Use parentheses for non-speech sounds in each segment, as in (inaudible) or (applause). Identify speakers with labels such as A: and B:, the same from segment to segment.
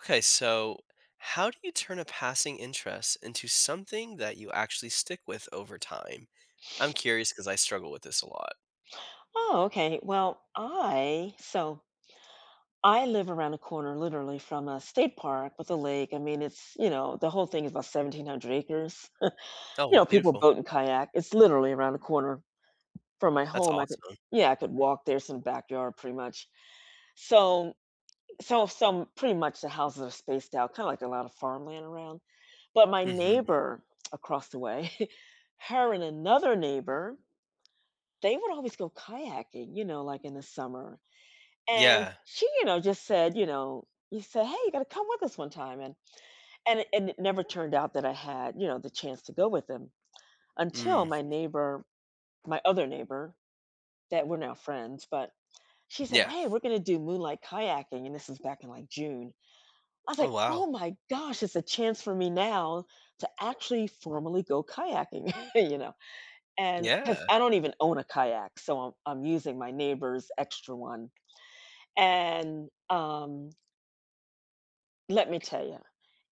A: Okay, so how do you turn a passing interest into something that you actually stick with over time? I'm curious because I struggle with this a lot.
B: Oh, okay. Well, I so I live around the corner literally from a state park with a lake. I mean, it's, the whole thing is about 1,700 acres. You
A: Oh,
B: know, people
A: beautiful.
B: boat and kayak. It's literally around the corner from my
A: That's
B: home. I could
A: awesome.
B: Yeah, I could walk there, some backyard pretty much. So so, pretty much the houses are spaced out, kind of like a lot of farmland around. But my
A: hmm
B: neighbor across the way, (laughs) her and another neighbor, they would always go kayaking, like in the summer. And
A: Yeah.
B: she you know, just said, you know, you said, "Hey, you got to come with us one time." And it never turned out that I had, the chance to go with him until
A: Mm.
B: my neighbor, my other neighbor, that we're now friends, but she said,
A: Yeah.
B: "Hey, we're going to do moonlight kayaking," and this is back in like June. I was
A: Oh,
B: like,
A: wow.
B: "Oh my gosh, it's a chance for me now to actually formally go kayaking," (laughs) and because
A: Yeah.
B: I don't even own a kayak, so I'm using my neighbor's extra one, and let me tell you,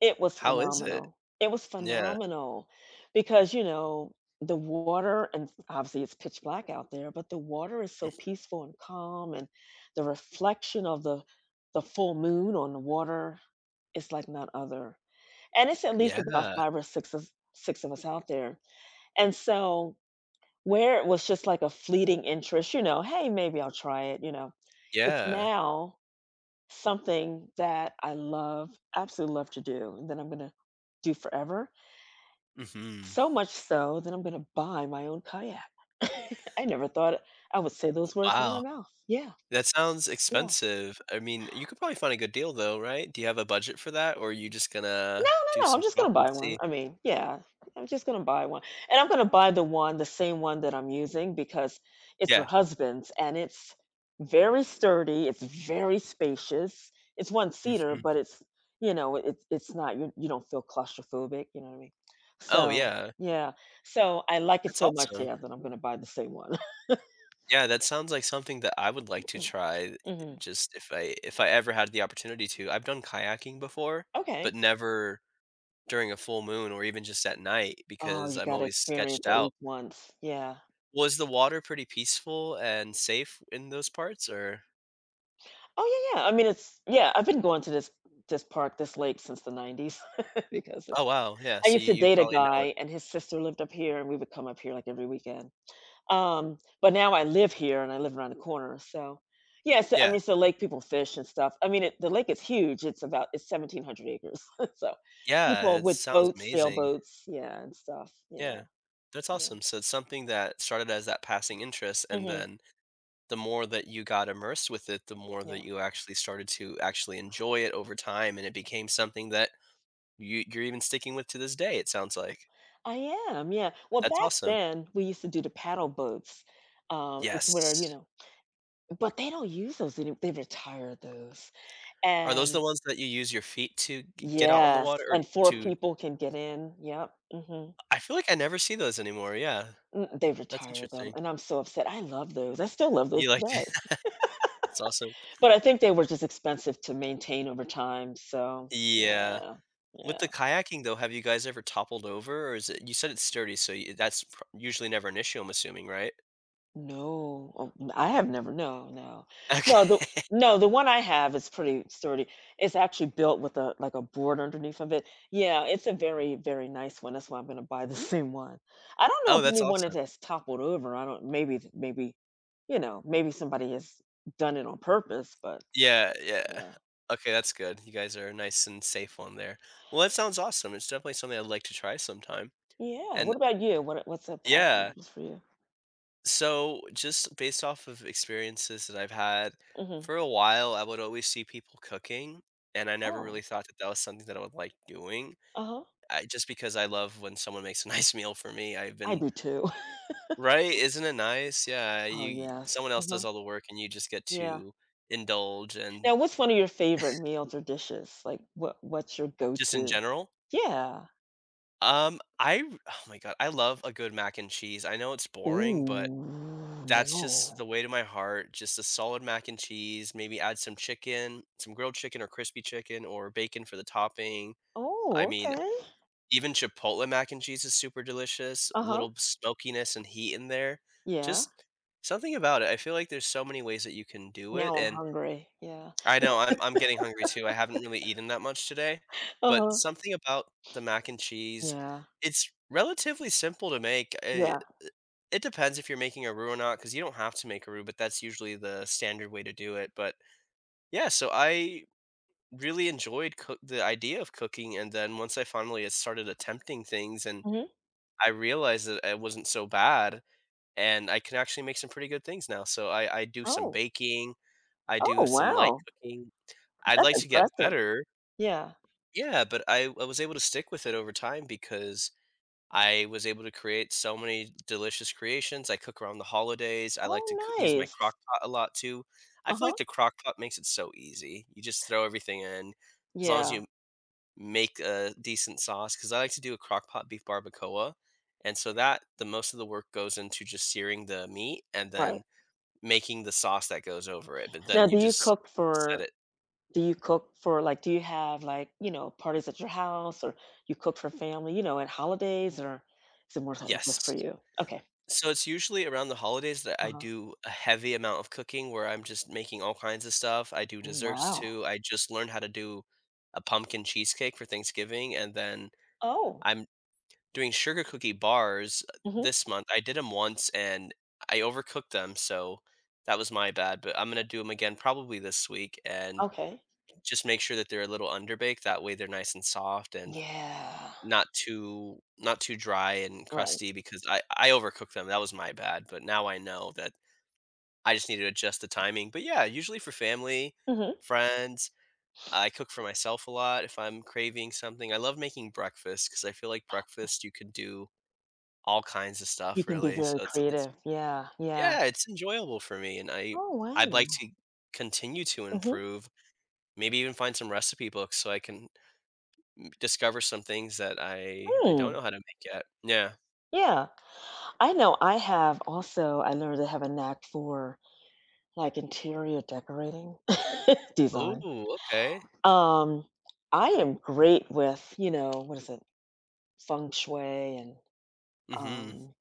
B: it was
A: How is it?
B: phenomenal. It was
A: Yeah.
B: phenomenal because, the water and obviously it's pitch black out there, but the water is so peaceful and calm and the reflection of the full moon on the water is like none other. And it's at least
A: Yeah.
B: about 5 or 6 of us out there. And so where it was just like a fleeting interest, "Hey, maybe I'll try it," it's
A: Yeah.
B: now something that I love, absolutely love to do, and that I'm gonna do forever.
A: hmm
B: So much so that I'm gonna buy my own kayak. (laughs) I never thought I would say those words out of
A: Wow.
B: my mouth. Yeah,
A: That sounds
B: yeah.
A: expensive. I mean, you could probably find a good deal though, right? Do you have a budget for that, or are you just
B: No,
A: gonna do
B: no, no, I'm
A: some
B: just gonna
A: shopping and
B: buy one.
A: see?
B: I mean, yeah, I'm just gonna buy one. And I'm gonna buy the one the same one that I'm using because it's her
A: Yeah.
B: husband's and it's very sturdy, it's very spacious. It's one-seater,
A: Hmm.
B: but it's, you know, it's not you you don't feel claustrophobic, you know what I mean?
A: Oh,
B: So,
A: yeah.
B: yeah. So, I like it
A: That's
B: so much,
A: awesome.
B: yeah, that I'm gonna buy the same one. (laughs)
A: Yeah, that sounds like something that I would like to try
B: Mhm.
A: just if I ever had the opportunity to. I've done kayaking before,
B: Okay.
A: but never during a full moon or even just at night
B: Oh,
A: because
B: you
A: I'm
B: gotta
A: always sketched
B: experience at
A: out.
B: least once. Yeah.
A: Was the water pretty peaceful and safe in those parts or
B: Oh, yeah, yeah. I mean, I've been going to this park, this lake since the 90s (laughs) because it's
A: oh wow, yeah,
B: I
A: so you
B: used to
A: you
B: date a
A: probably know it.
B: guy and his sister lived up here and we would come up here like every weekend. But now I live here and I live around the corner, so yeah, so, I
A: Yeah.
B: mean, so lake people fish and stuff. I mean, the lake is huge. It's about it's 1,700 acres. (laughs) So
A: Yeah,
B: people
A: it
B: with
A: sounds
B: boats,
A: amazing.
B: sailboats, yeah, and stuff. Yeah,
A: Yeah, that's
B: yeah.
A: awesome. So it's something that started as that passing interest, and
B: hmm
A: then the more that you got immersed with it, the more
B: yeah.
A: that you actually started to actually enjoy it over time, and it became something that you're even sticking with to this day, it sounds like.
B: I am, yeah. Well,
A: That's
B: back
A: awesome.
B: then we used to do the paddle boats. It's where, you
A: Yes.
B: know, But they don't use those, any they retired those.
A: Are those the
B: And
A: ones that you use your feet to g get out on the water or
B: 4
A: to?
B: people can get in. Yep, mhm.
A: I feel like I never see those anymore, yeah.
B: They
A: That's
B: retired them,
A: interesting.
B: and I'm so upset. I love those. I still love those
A: You like,
B: today,
A: (laughs) that's awesome.
B: but I think they were just expensive to maintain over time, so
A: Yeah.
B: yeah, yeah.
A: With the kayaking, though, have you guys ever toppled over, or is it, you said it's sturdy, so y that's pr usually never an issue, I'm assuming, right?
B: No, oh, n I have never, no, no.
A: (laughs)
B: No,
A: Okay. (laughs)
B: the one I have is pretty sturdy. It's actually built with a, like, a board underneath of it. Yeah, it's a very, very nice one. That's why I'm gonna buy the (laughs) same one. I don't know
A: Oh,
B: if
A: that's
B: anyone it
A: awesome.
B: has toppled over. I don't maybe th- maybe, you know, maybe somebody has done it on purpose, but
A: Yeah, yeah.
B: yeah.
A: Okay, that's good. You guys are nice and safe on there. Well, that sounds awesome. It's definitely something I'd like to try sometime.
B: Yeah.
A: And
B: What about you? What's a
A: yeah,
B: package for you?
A: so just based off of experiences that I've had
B: Hmm.
A: for a while, I would always see people cooking, and I never really
B: Oh.
A: thought that that was something that I would like doing.
B: Uh-huh.
A: Just because I love when someone makes a (laughs) nice meal for me, I've
B: I
A: been
B: do too. (laughs)
A: right. Isn't it nice? Yeah,
B: Oh,
A: you,
B: yes.
A: someone else does
B: Uh-huh.
A: all the work, and you just get
B: Yeah.
A: to indulge and
B: Now, what's one of your favorite meals or dishes? Like, what's your
A: just in
B: go-to?
A: general.
B: Yeah.
A: I oh my god, I love a good mac and cheese. I know it's boring, but
B: Ooh,
A: that's just
B: no.
A: the way to my heart. Just a solid mac and cheese, maybe add some chicken, some grilled chicken or crispy chicken or bacon for the topping. I
B: Oh,
A: mean,
B: okay.
A: even Chipotle mac and cheese is super delicious. A
B: Uh-huh.
A: little smokiness and heat in there.
B: Yeah.
A: Just something about it. I feel like there's so many ways that you can do it,
B: Now I'm
A: and
B: hungry. Yeah.
A: I know, I'm getting hungry too, I haven't really eaten that much today, but
B: Uh-huh.
A: something about the mac and cheese,
B: Yeah.
A: it's relatively simple to make, eh,
B: Yeah.
A: it depends if you're making a roux or not, because you don't have to make a roux, but that's usually the standard way to do it, but yeah, so I really enjoyed cook the idea of cooking, and then once I finally started attempting things and
B: Mhm.
A: I realized that it wasn't so bad, and I can actually make some pretty good things now, so I do some
B: Oh.
A: baking, I
B: Oh,
A: do some light
B: wow.
A: cooking. I'd
B: That's
A: like to get
B: impressive.
A: better.
B: Yeah.
A: Yeah, but I was able to stick with it over time because I was able to create so many delicious creations. I cook around the holidays. I like to
B: Oh,
A: use my crock
B: nice.
A: pot a lot too. I feel like
B: Uh-huh.
A: the crock pot makes it so easy. You just throw everything in, as long as
B: Yeah.
A: you make a decent sauce, because I like to do a crock pot beef barbacoa. And so that the most of the work goes into just searing the meat and
B: Right.
A: then making the sauce that goes over it. But
B: Now,
A: then you
B: Do you
A: just
B: cook
A: set
B: for
A: it.
B: Like, do you have, like, parties at your house, or you cook for family, at holidays, or is it more so work for
A: Yes.
B: you? Okay.
A: So it's usually around the holidays that I
B: Uh-huh.
A: do a heavy amount of cooking where I'm just making all kinds of stuff. I do desserts
B: Wow.
A: too. I just learned how to do a pumpkin cheesecake for Thanksgiving, and then
B: Oh.
A: I'm doing sugar cookie bars
B: Hmm.
A: this month. I did them once and I overcooked them, so that was my bad, but I'm gonna do them again probably this week and
B: Okay.
A: just make sure that they're a little underbaked. That way they're nice and soft and
B: Yeah.
A: not too dry and
B: Right.
A: crusty because I overcooked them, that was my bad, but now I know that I just need to adjust the timing, but yeah, usually for family,
B: Hmm.
A: friends, I cook for myself a lot if I'm craving something. I love making breakfast because I feel like breakfast you can do all kinds of
B: You
A: stuff
B: can be
A: really,
B: very
A: so it's
B: creative. Yeah. Yeah.
A: yeah, it's enjoyable for me, and I
B: Oh,
A: I'd
B: wow.
A: like to continue to improve, maybe even find some recipe books so I can discover some things that I don't
B: Mm-hmm.
A: know how to make yet. Yeah.
B: Yeah. I know I have also I learned to have a knack for, like, interior decorating (laughs) design.
A: Oh, okay.
B: Um, I am great with, what is it? Feng shui. And,
A: Mhm.
B: um,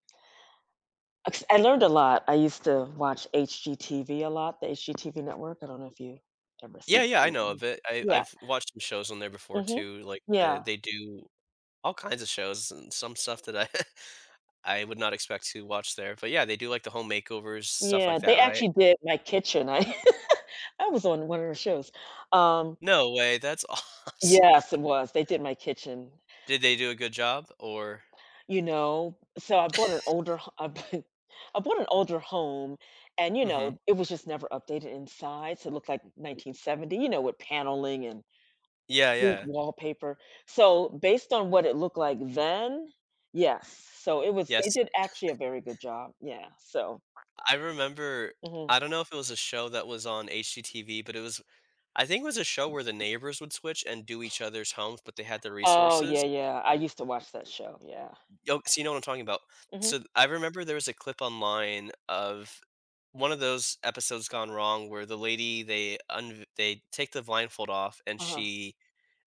B: ex I learned a lot. I used to watch HGTV a lot, the HGTV network. I don't know if you ever see
A: Yeah, yeah, I
B: it.
A: know
B: Mm.
A: of it. I
B: Yeah.
A: I've watched some shows on there before
B: Mhm.
A: too, like,
B: Yeah.
A: they do all kinds of shows and some stuff that I (laughs) I would not expect to watch there, but yeah, they do, like, the home makeovers, stuff
B: Yeah,
A: like that,
B: they
A: right?
B: actually did my kitchen. I (laughs) I was on one of their shows. Um,
A: No way, that's (laughs) awesome.
B: yes, it was. They did my kitchen,
A: Did they do a good job or
B: you know? So I bought an older ho (laughs) bought an older home and,
A: mhm.
B: it was just never updated inside, so it looked like 1970, with paneling and
A: Yeah,
B: wood
A: yeah.
B: wallpaper. So, based on what it looked like then, yes. So it was They
A: Yes,
B: did actually a very good job. Yeah, so
A: I remember
B: mhm.
A: I don't know if it was a show that was on HGTV, but it was, I think it was a show where the neighbors would switch and do each other's homes, but they had the
B: Oh, yeah,
A: resources.
B: yeah. I used to watch that show, yeah.
A: Yo, so you know what I'm talking about.
B: Mhm.
A: So I remember there was a clip online of one of those episodes gone wrong where the lady, they un they take the blindfold off and
B: Uh-huh.
A: she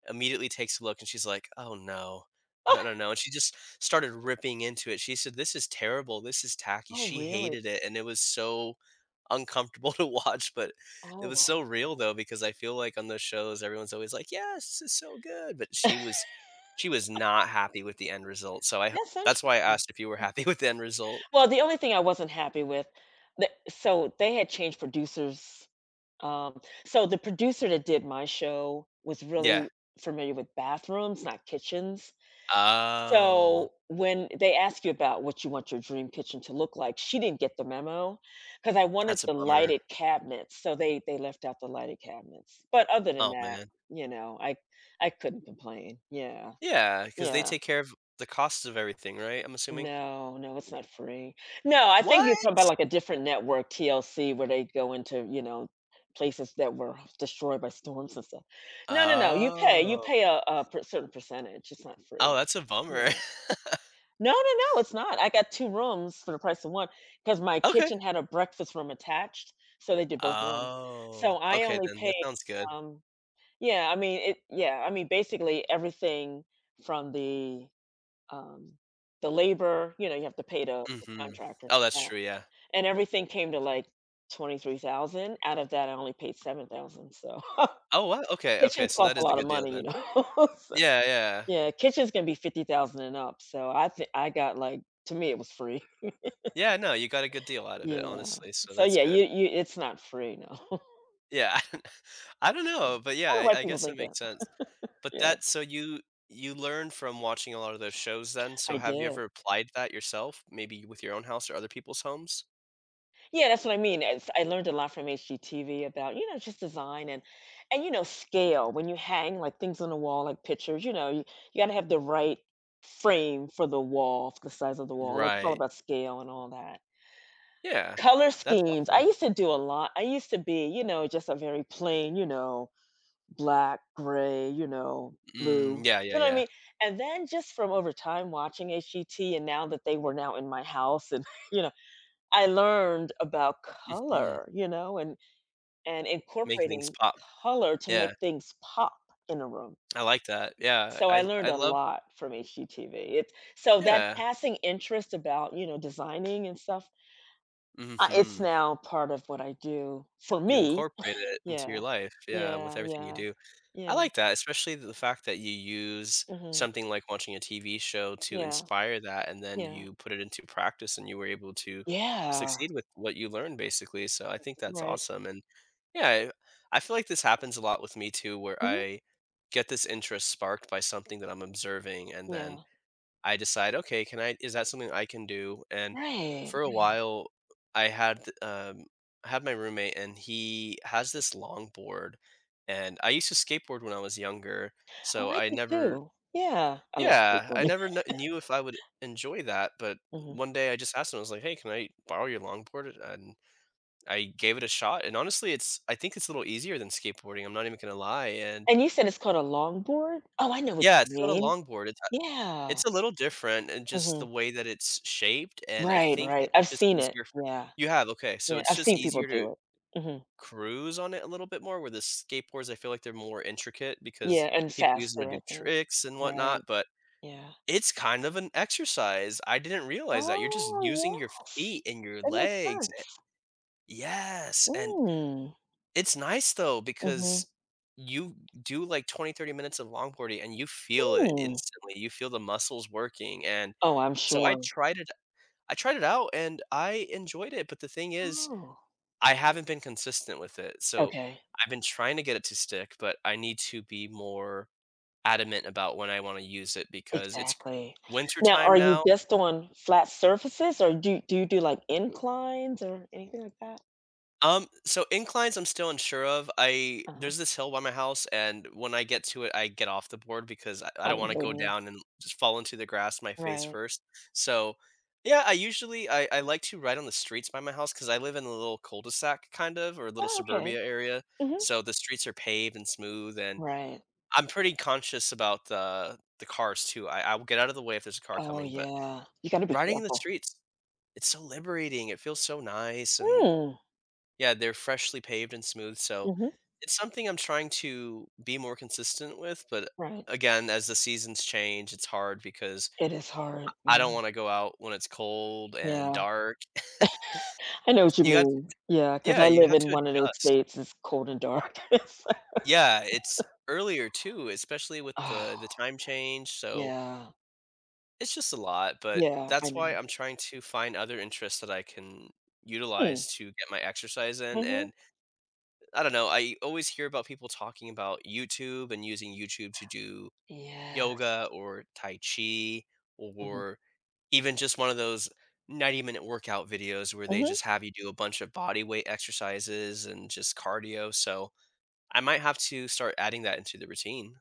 A: immediately takes a look and she's like, "Oh, no. No, no,
B: (laughs)
A: no," and she just started ripping into it. She said, "This is terrible. This is tacky."
B: Oh,
A: She
B: really?
A: hated it, and it was so uncomfortable (laughs) to watch, but it
B: Oh,
A: was so
B: wow.
A: real, though, because I feel like on those shows, everyone's always like, "Yes, this is so good," but
B: (laughs)
A: she was not happy with the end result, so
B: That's
A: that's why I
B: interesting.
A: asked if you were
B: Yeah.
A: happy (laughs) with the end result.
B: Well, the only thing I wasn't happy with, they had changed producers, so the producer that did my show was
A: Yeah.
B: really familiar with bathrooms, not kitchens.
A: Oh,
B: So, when they ask you about what you want your dream kitchen to look like, she didn't get the memo, because I wanted
A: that's a
B: the
A: bummer.
B: lighted cabinets, so they left out the lighted cabinets. But other than
A: Oh,
B: that,
A: man.
B: you know, I I couldn't complain. Yeah,
A: Yeah, because they
B: yeah.
A: take care of the costs of everything, right? I'm assuming?
B: No, no, it's not free. No, I think you're talking
A: What?
B: about, like, a different network, TLC, where they go into, you know, places that were destroyed by storms and stuff. No, no, no, you pay you
A: Oh.
B: pay a per certain percentage, it's not free.
A: Oh, that's a bummer.
B: Yeah.
A: (laughs)
B: No, no, no, it's not. I got 2 rooms for the price of one because my
A: Okay.
B: kitchen had a breakfast room attached, so they did both rooms. So
A: Oh,
B: I
A: okay
B: only
A: then, that
B: paid,
A: sounds good.
B: um yeah, I mean, it yeah, I mean, basically everything from um, the labor, you have to pay the
A: Mhm.
B: contractor
A: Oh, that's
B: and that,
A: true, yeah.
B: and everything came to, like, 23,000. Out of that, I only paid 7,000, so (laughs)
A: Oh, what? Okay, okay,
B: kitchens
A: so
B: cost
A: that
B: a
A: is a
B: lot of
A: good deal
B: money,
A: then.
B: you know? (laughs) So
A: Yeah, yeah.
B: yeah, kitchens can be 50,000 and up, so I think I got, like, to me, it was free.
A: Yeah, no, you got a good deal out of it,
B: Yeah.
A: honestly, so
B: So,
A: that's
B: yeah,
A: good.
B: you it's not free, no. (laughs) I
A: Yeah, (laughs) I don't know, but yeah,
B: don't know why
A: I
B: people
A: guess it
B: think that.
A: makes sense. But
B: Yeah,
A: that, so you learn from watching a lot of those shows then, so
B: I
A: have you
B: did.
A: ever applied that yourself, maybe with your own house or other people's homes?
B: Yeah, that's what I mean, it's I learned a lot from HGTV about, just design, and and scale. When you hang, like, things on the wall, like pictures, you gotta have the right frame for the wall, for the size of the wall, like, it's all
A: Right.
B: about scale and all that.
A: Yeah.
B: Color
A: That's
B: schemes,
A: awesome.
B: I used to be, just a very plain, black, gray,
A: Mm,
B: blue.
A: yeah, yeah,
B: You know what I
A: yeah.
B: mean? And then just from over time watching HGT, and now that they were now in my house and (laughs) you know, I learned about
A: Mhm.
B: color, and
A: Making things
B: incorporating
A: pop.
B: color to
A: Yeah,
B: make things pop in a room.
A: I like that. Yeah,
B: So I
A: I
B: learned a
A: love
B: lot from HGTV. It So that
A: yeah.
B: passing interest about, designing and stuff, it's
A: Mhm.
B: now part of what I do for
A: You
B: me.
A: incorporate it into your
B: Yeah.
A: life, yeah, with
B: Yeah,
A: everything you
B: yeah,
A: do. I
B: yeah.
A: like that, especially the fact that you use
B: Mhm.
A: something like watching a TV show to
B: Yeah.
A: inspire that, and then
B: Yeah.
A: you put it into practice, and you were able to
B: Yeah,
A: succeed with what you learned, basically, so I think that's
B: right.
A: awesome, and yeah, I feel like this happens a lot with me too, where
B: Mhm.
A: I get this interest sparked by something that I'm observing, and then
B: Yeah,
A: I decide, okay, can I is that something I can do? And
B: right.
A: for a while, I had um, I had my roommate, and he has this longboard, and I used to skateboard when I was younger,
B: Oh,
A: so
B: I
A: I
B: do
A: never,
B: too. Yeah, I love
A: yeah, I
B: skateboarding.
A: never
B: (laughs)
A: knew if I would enjoy that. But
B: Mhm.
A: one day, I just asked him, I was like, hey, can I borrow your longboard? And I gave it a shot, and honestly, it's I think it's a little easier than skateboarding. I'm not even gonna lie, and
B: And you said it's called a longboard? Oh, I know what
A: yeah,
B: you
A: it's called a
B: mean.
A: longboard. It's
B: Yeah.
A: It's a little different and just the
B: Mhm.
A: way that it's shaped, and I
B: Right,
A: think
B: right.
A: it's
B: I've
A: just
B: seen it.
A: easier for
B: Yeah.
A: you have, okay, so
B: Yeah,
A: it's
B: I've
A: just
B: seen people
A: easier to
B: do it. Mhm.
A: cruise on it a little bit more, where the skateboards, I feel like they're more intricate
B: Yeah,
A: because
B: and
A: people use them to
B: faster, I
A: do
B: think.
A: tricks and
B: Right,
A: whatnot, but
B: yeah.
A: it's kind of an exercise. I didn't realize that. You're just
B: Oh,
A: using your
B: yes.
A: feet and your
B: That makes
A: legs, a
B: sense.
A: yes, and
B: Mm.
A: it's nice though
B: Mhm.
A: because you do like 20, 30 minutes of longboarding and you feel it
B: Mm.
A: instantly. You feel the muscles working and
B: Oh, I'm
A: so
B: sure.
A: I tried it out and I enjoyed it, but the thing is
B: Oh,
A: I haven't been consistent with it. So
B: okay.
A: I've been trying to get it to stick, but I need to be more adamant about when I want to use it because it's
B: Exactly.
A: winter
B: Now,
A: time
B: are you
A: now.
B: just on flat surfaces, or do you do, like, inclines or anything like that?
A: So inclines I'm still unsure of. I
B: Uh-huh.
A: there's this hill by my house, and when I get to it, I get off the board because I
B: I
A: don't
B: don't
A: want to go
B: blame you.
A: down and just fall into the grass my face
B: Right.
A: first. So yeah, I I like to ride on the streets by my house because I live in a little cul-de-sac kind of or a little
B: Oh,
A: suburbia
B: okay.
A: area.
B: Mhm.
A: So the streets are paved and smooth, and
B: Right.
A: I'm pretty conscious about the cars too. I will get out of the way if there's a car
B: Oh,
A: coming, but
B: yeah. You gotta be
A: riding in the
B: careful.
A: streets, it's so liberating. It feels so nice and
B: Mm.
A: yeah, they're freshly paved and smooth, so
B: Mhm.
A: it's something I'm trying to be more consistent with, but
B: Right.
A: again, as the seasons change, it's hard because
B: It is hard. Yeah.
A: I don't wanna go out when it's cold and
B: Yeah.
A: dark. (laughs)
B: I know what you
A: You got
B: mean. Yeah, 'cause
A: yeah,
B: I
A: you
B: live
A: have to
B: in one of those
A: adjust.
B: states, it's cold and dark. (laughs) It's like,
A: Yeah, it's earlier too, especially with
B: oh,
A: the time change, so
B: yeah.
A: it's just a lot, but
B: Yeah, I
A: that's why
B: know.
A: I'm trying to find other interests that I can utilize
B: Mm.
A: to get my exercise in,
B: Mhm.
A: and I don't know. I always hear about people talking about YouTube and using YouTube to do
B: Yeah.
A: yoga or tai chi
B: Mhm.
A: or even just one of those 90-minute workout videos where they
B: Mhm.
A: just have you do a bunch of body weight exercises and just cardio. So I might have to start adding that into the routine.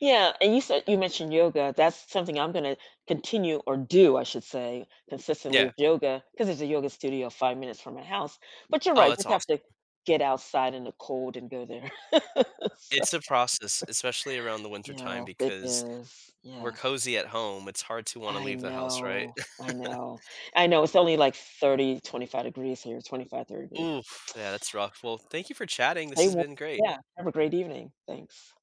B: Yeah, and you said you mentioned yoga. That's something I'm gonna continue or do, I should say, consistently
A: Yeah.
B: with yoga, because there's a yoga studio 5 minutes from my house. But you're
A: Oh,
B: right,
A: that's
B: just have
A: awesome.
B: to get outside in the cold and go there. (laughs) So
A: It's a process, especially around the winter time
B: Yes, it
A: because
B: is.
A: we're
B: Yes.
A: cozy at home. It's hard to want to
B: I
A: leave the house, right?
B: know, I know. I know it's only like 30, 25 degrees here, 25 30
A: (laughs)
B: degrees.
A: Oof. Yeah, that's rough. Well, thank you for chatting. This
B: Hey,
A: has
B: well,
A: been great.
B: yeah, have a great evening. Thanks.